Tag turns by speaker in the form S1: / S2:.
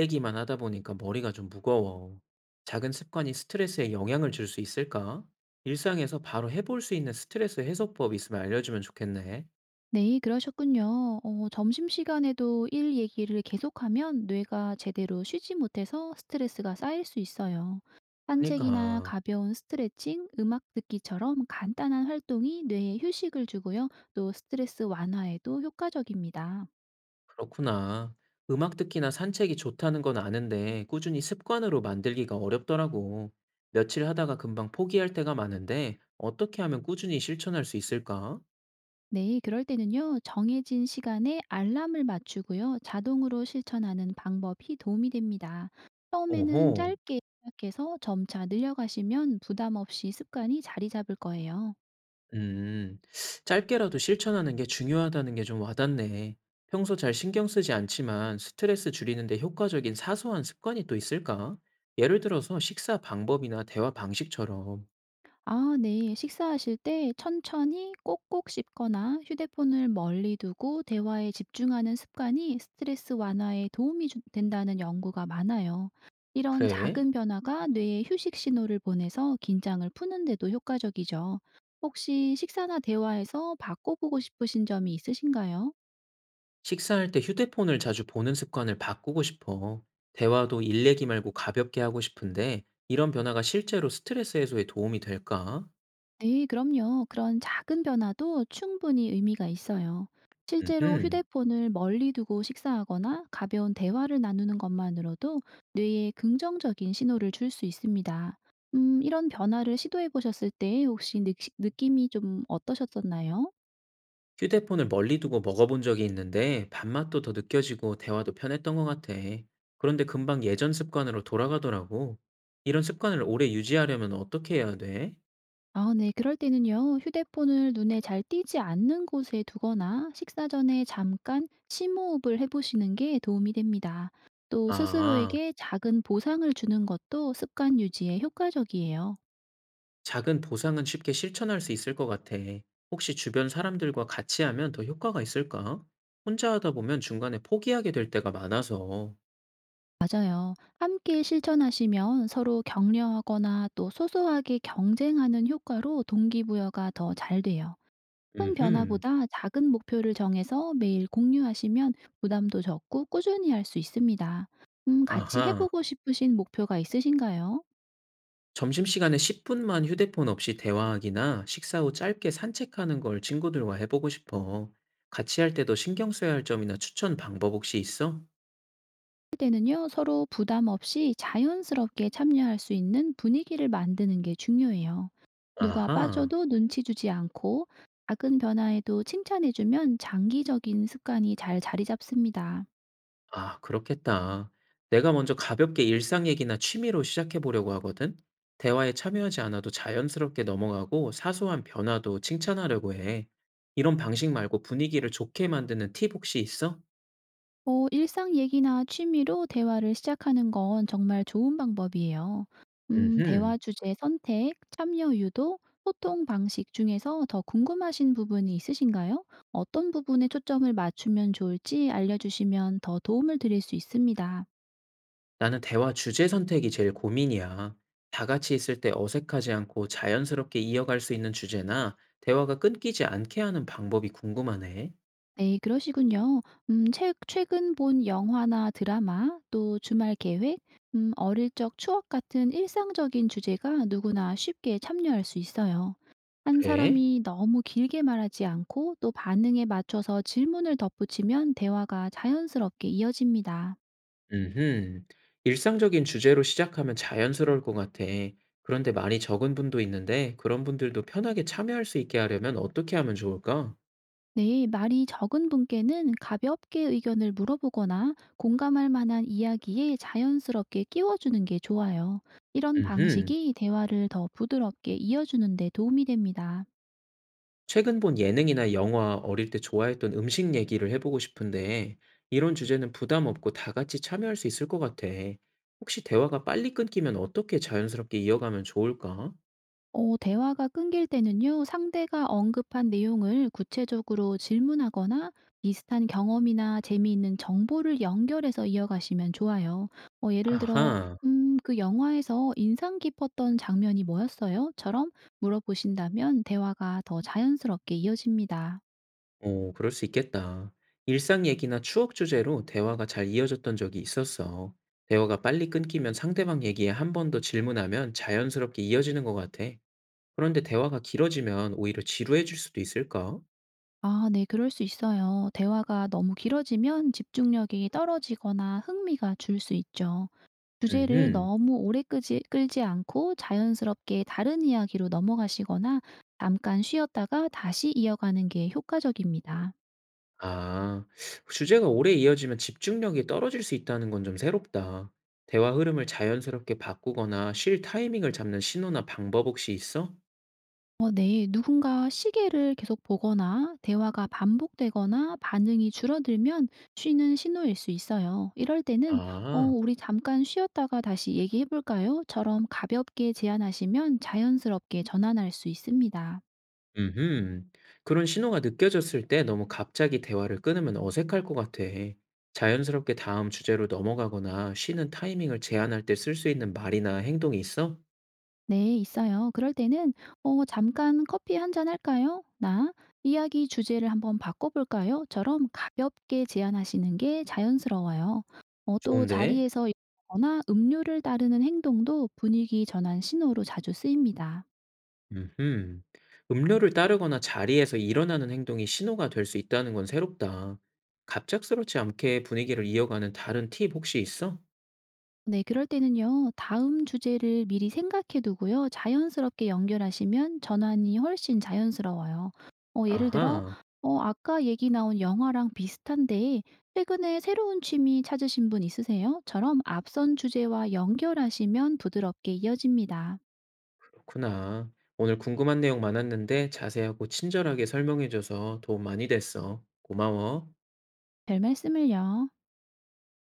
S1: 얘기만 하다 보니까 머리가 좀 무거워. 작은 습관이 스트레스에 영향을 줄 수 있을까? 일상에서 바로 해볼 수 있는 스트레스 해소법 있으면 알려주면 좋겠네.
S2: 네, 그러셨군요. 점심시간에도 일 얘기를 계속하면 뇌가 제대로 쉬지 못해서 스트레스가 쌓일 수 있어요. 산책이나
S1: 그러니까,
S2: 가벼운 스트레칭, 음악 듣기처럼 간단한 활동이 뇌에 휴식을 주고요. 또 스트레스 완화에도 효과적입니다.
S1: 그렇구나. 음악 듣기나 산책이 좋다는 건 아는데 꾸준히 습관으로 만들기가 어렵더라고. 며칠 하다가 금방 포기할 때가 많은데 어떻게 하면 꾸준히 실천할 수 있을까?
S2: 네, 그럴 때는요, 정해진 시간에 알람을 맞추고요, 자동으로 실천하는 방법이 도움이 됩니다. 처음에는
S1: 오호.
S2: 짧게 시작해서 점차 늘려가시면 부담 없이 습관이 자리 잡을 거예요.
S1: 음, 짧게라도 실천하는 게 중요하다는 게 좀 와닿네. 평소 잘 신경 쓰지 않지만 스트레스 줄이는데 효과적인 사소한 습관이 또 있을까? 예를 들어서 식사 방법이나 대화 방식처럼.
S2: 아 네. 식사하실 때 천천히 꼭꼭 씹거나 휴대폰을 멀리 두고 대화에 집중하는 습관이 스트레스 완화에 된다는 연구가 많아요. 이런
S1: 그래?
S2: 작은 변화가 뇌에 휴식 신호를 보내서 긴장을 푸는데도 효과적이죠. 혹시 식사나 대화에서 바꿔보고 싶으신 점이 있으신가요?
S1: 식사할 때 휴대폰을 자주 보는 습관을 바꾸고 싶어. 대화도 일 얘기 말고 가볍게 하고 싶은데 이런 변화가 실제로 스트레스 해소에 도움이 될까?
S2: 네, 그럼요. 그런 작은 변화도 충분히 의미가 있어요. 실제로
S1: 음흠.
S2: 휴대폰을 멀리 두고 식사하거나 가벼운 대화를 나누는 것만으로도 뇌에 긍정적인 신호를 줄 수 있습니다. 이런 변화를 시도해 보셨을 때 혹시 느낌이 좀 어떠셨었나요?
S1: 휴대폰을 멀리 두고 먹어본 적이 있는데 밥맛도 더 느껴지고 대화도 편했던 것 같아. 그런데 금방 예전 습관으로 돌아가더라고. 이런 습관을 오래 유지하려면 어떻게 해야 돼?
S2: 아, 네. 그럴 때는요, 휴대폰을 눈에 잘 띄지 않는 곳에 두거나 식사 전에 잠깐 심호흡을 해보시는 게 도움이 됩니다. 또
S1: 아,
S2: 스스로에게 작은 보상을 주는 것도 습관 유지에 효과적이에요.
S1: 작은 보상은 쉽게 실천할 수 있을 것 같아. 혹시 주변 사람들과 같이 하면 더 효과가 있을까? 혼자 하다 보면 중간에 포기하게 될 때가 많아서.
S2: 맞아요. 함께 실천하시면 서로 격려하거나 또 소소하게 경쟁하는 효과로 동기부여가 더 잘 돼요. 큰
S1: 음흠,
S2: 변화보다 작은 목표를 정해서 매일 공유하시면 부담도 적고 꾸준히 할 수 있습니다. 같이
S1: 아하.
S2: 해보고 싶으신 목표가 있으신가요? 할
S1: 점심시간에 10분만 휴대폰 없이 대화하기나 식사 후 짧게 산책하는 걸 친구들과 해보고 싶어. 같이 할 때도 신경 써야 할 점이나 추천 방법 혹시 있어?
S2: 때는요, 서로 부담 없이 자연스럽게 참여할 수 있는 분위기를 만드는 게 중요해요. 누가
S1: 아하,
S2: 빠져도 눈치 주지 않고 작은 변화에도 칭찬해주면 장기적인 습관이 잘 자리 잡습니다.
S1: 아, 그렇겠다. 내가 먼저 가볍게 일상 얘기나 취미로 시작해 보려고 하거든? 대화에 참여하지 않아도 자연스럽게 넘어가고 사소한 변화도 칭찬하려고 해. 이런 방식 말고 분위기를 좋게 만드는 팁 혹시 있어?
S2: 일상 얘기나 취미로 대화를 시작하는 건 정말 좋은 방법이에요.
S1: 음흠.
S2: 대화 주제 선택, 참여 유도, 소통 방식 중에서 더 궁금하신 부분이 있으신가요? 어떤 부분에 초점을 맞추면 좋을지 알려주시면 더 도움을 드릴 수 있습니다.
S1: 나는 대화 주제 선택이 제일 고민이야. 다 같이 있을 때 어색하지 않고 자연스럽게 이어갈 수 있는 주제나 대화가 끊기지 않게 하는 방법이 궁금하네.
S2: 네, 그러시군요. 최근 본 영화나 드라마, 또 주말 계획, 어릴 적 추억 같은 일상적인 주제가 누구나 쉽게 참여할 수 있어요. 한
S1: 그래?
S2: 사람이 너무 길게 말하지 않고 또 반응에 맞춰서 질문을 덧붙이면 대화가 자연스럽게 이어집니다.
S1: 음흠. 일상적인 주제로 시작하면 자연스러울 것 같아. 그런데 많이 적은 분도 있는데 그런 분들도 편하게 참여할 수 있게 하려면 어떻게 하면 좋을까?
S2: 네, 말이 적은 분께는 가볍게 의견을 물어보거나 공감할 만한 이야기에 자연스럽게 끼워주는 게 좋아요. 이런
S1: 음흠.
S2: 방식이 대화를 더 부드럽게 이어주는 데 도움이 됩니다.
S1: 최근 본 예능이나 영화, 어릴 때 좋아했던 음식 얘기를 해보고 싶은데, 이런 주제는 부담 없고 다 같이 참여할 수 있을 것 같아. 혹시 대화가 빨리 끊기면 어떻게 자연스럽게 이어가면 좋을까?
S2: 대화가 끊길 때는요. 상대가 언급한 내용을 구체적으로 질문하거나 비슷한 경험이나 재미있는 정보를 연결해서 이어가시면 좋아요. 예를 들어
S1: 아하,
S2: 그 영화에서 인상 깊었던 장면이 뭐였어요? 처럼 물어보신다면 대화가 더 자연스럽게 이어집니다.
S1: 오, 그럴 수 있겠다. 일상 얘기나 추억 주제로 대화가 잘 이어졌던 적이 있었어. 대화가 빨리 끊기면 상대방 얘기에 한 번 더 질문하면 자연스럽게 이어지는 것 같아. 그런데 대화가 길어지면 오히려 지루해질 수도 있을까?
S2: 아 네 그럴 수 있어요. 대화가 너무 길어지면 집중력이 떨어지거나 흥미가 줄 수 있죠. 주제를
S1: 음흠.
S2: 너무 오래 끄지 끌지 않고 자연스럽게 다른 이야기로 넘어가시거나 잠깐 쉬었다가 다시 이어가는 게 효과적입니다.
S1: 아. 주제가 오래 이어지면 집중력이 떨어질 수 있다는 건 좀 새롭다. 대화 흐름을 자연스럽게 바꾸거나 쉴 타이밍을 잡는 신호나 방법 혹시 있어?
S2: 어 네. 누군가 시계를 계속 보거나 대화가 반복되거나 반응이 줄어들면 쉬는 신호일 수 있어요. 이럴 때는
S1: 아.
S2: 우리 잠깐 쉬었다가 다시 얘기해 볼까요?"처럼 가볍게 제안하시면 자연스럽게 전환할 수 있습니다.
S1: 음흠. 그런 신호가 느껴졌을 때 너무 갑자기 대화를 끊으면 어색할 것 같아. 자연스럽게 다음 주제로 넘어가거나 쉬는 타이밍을 제한할 때 쓸 수 있는 말이나 행동이 있어?
S2: 네, 있어요. 그럴 때는 잠깐 커피 한 잔 할까요?" 나 "이야기 주제를 한번 바꿔볼까요? 처럼 가볍게 제안하시는 게 자연스러워요. 또
S1: 좋은데?
S2: 자리에서 일어나거나 음료를 따르는 행동도 분위기 전환 신호로 자주 쓰입니다.
S1: 음흠. 음료를 따르거나 자리에서 일어나는 행동이 신호가 될 수 있다는 건 새롭다. 갑작스럽지 않게 분위기를 이어가는 다른 팁 혹시 있어?
S2: 네, 그럴 때는요, 다음 주제를 미리 생각해 두고요, 자연스럽게 연결하시면 전환이 훨씬 자연스러워요. 예를 들어,
S1: 아하,
S2: 아까 얘기 나온 영화랑 비슷한데, 최근에 새로운 취미 찾으신 분 있으세요? 처럼 앞선 주제와 연결하시면 부드럽게 이어집니다.
S1: 그렇구나. 오늘 궁금한 내용 많았는데 자세하고 친절하게 설명해줘서 도움 많이 됐어. 고마워.
S2: 별 말씀을요.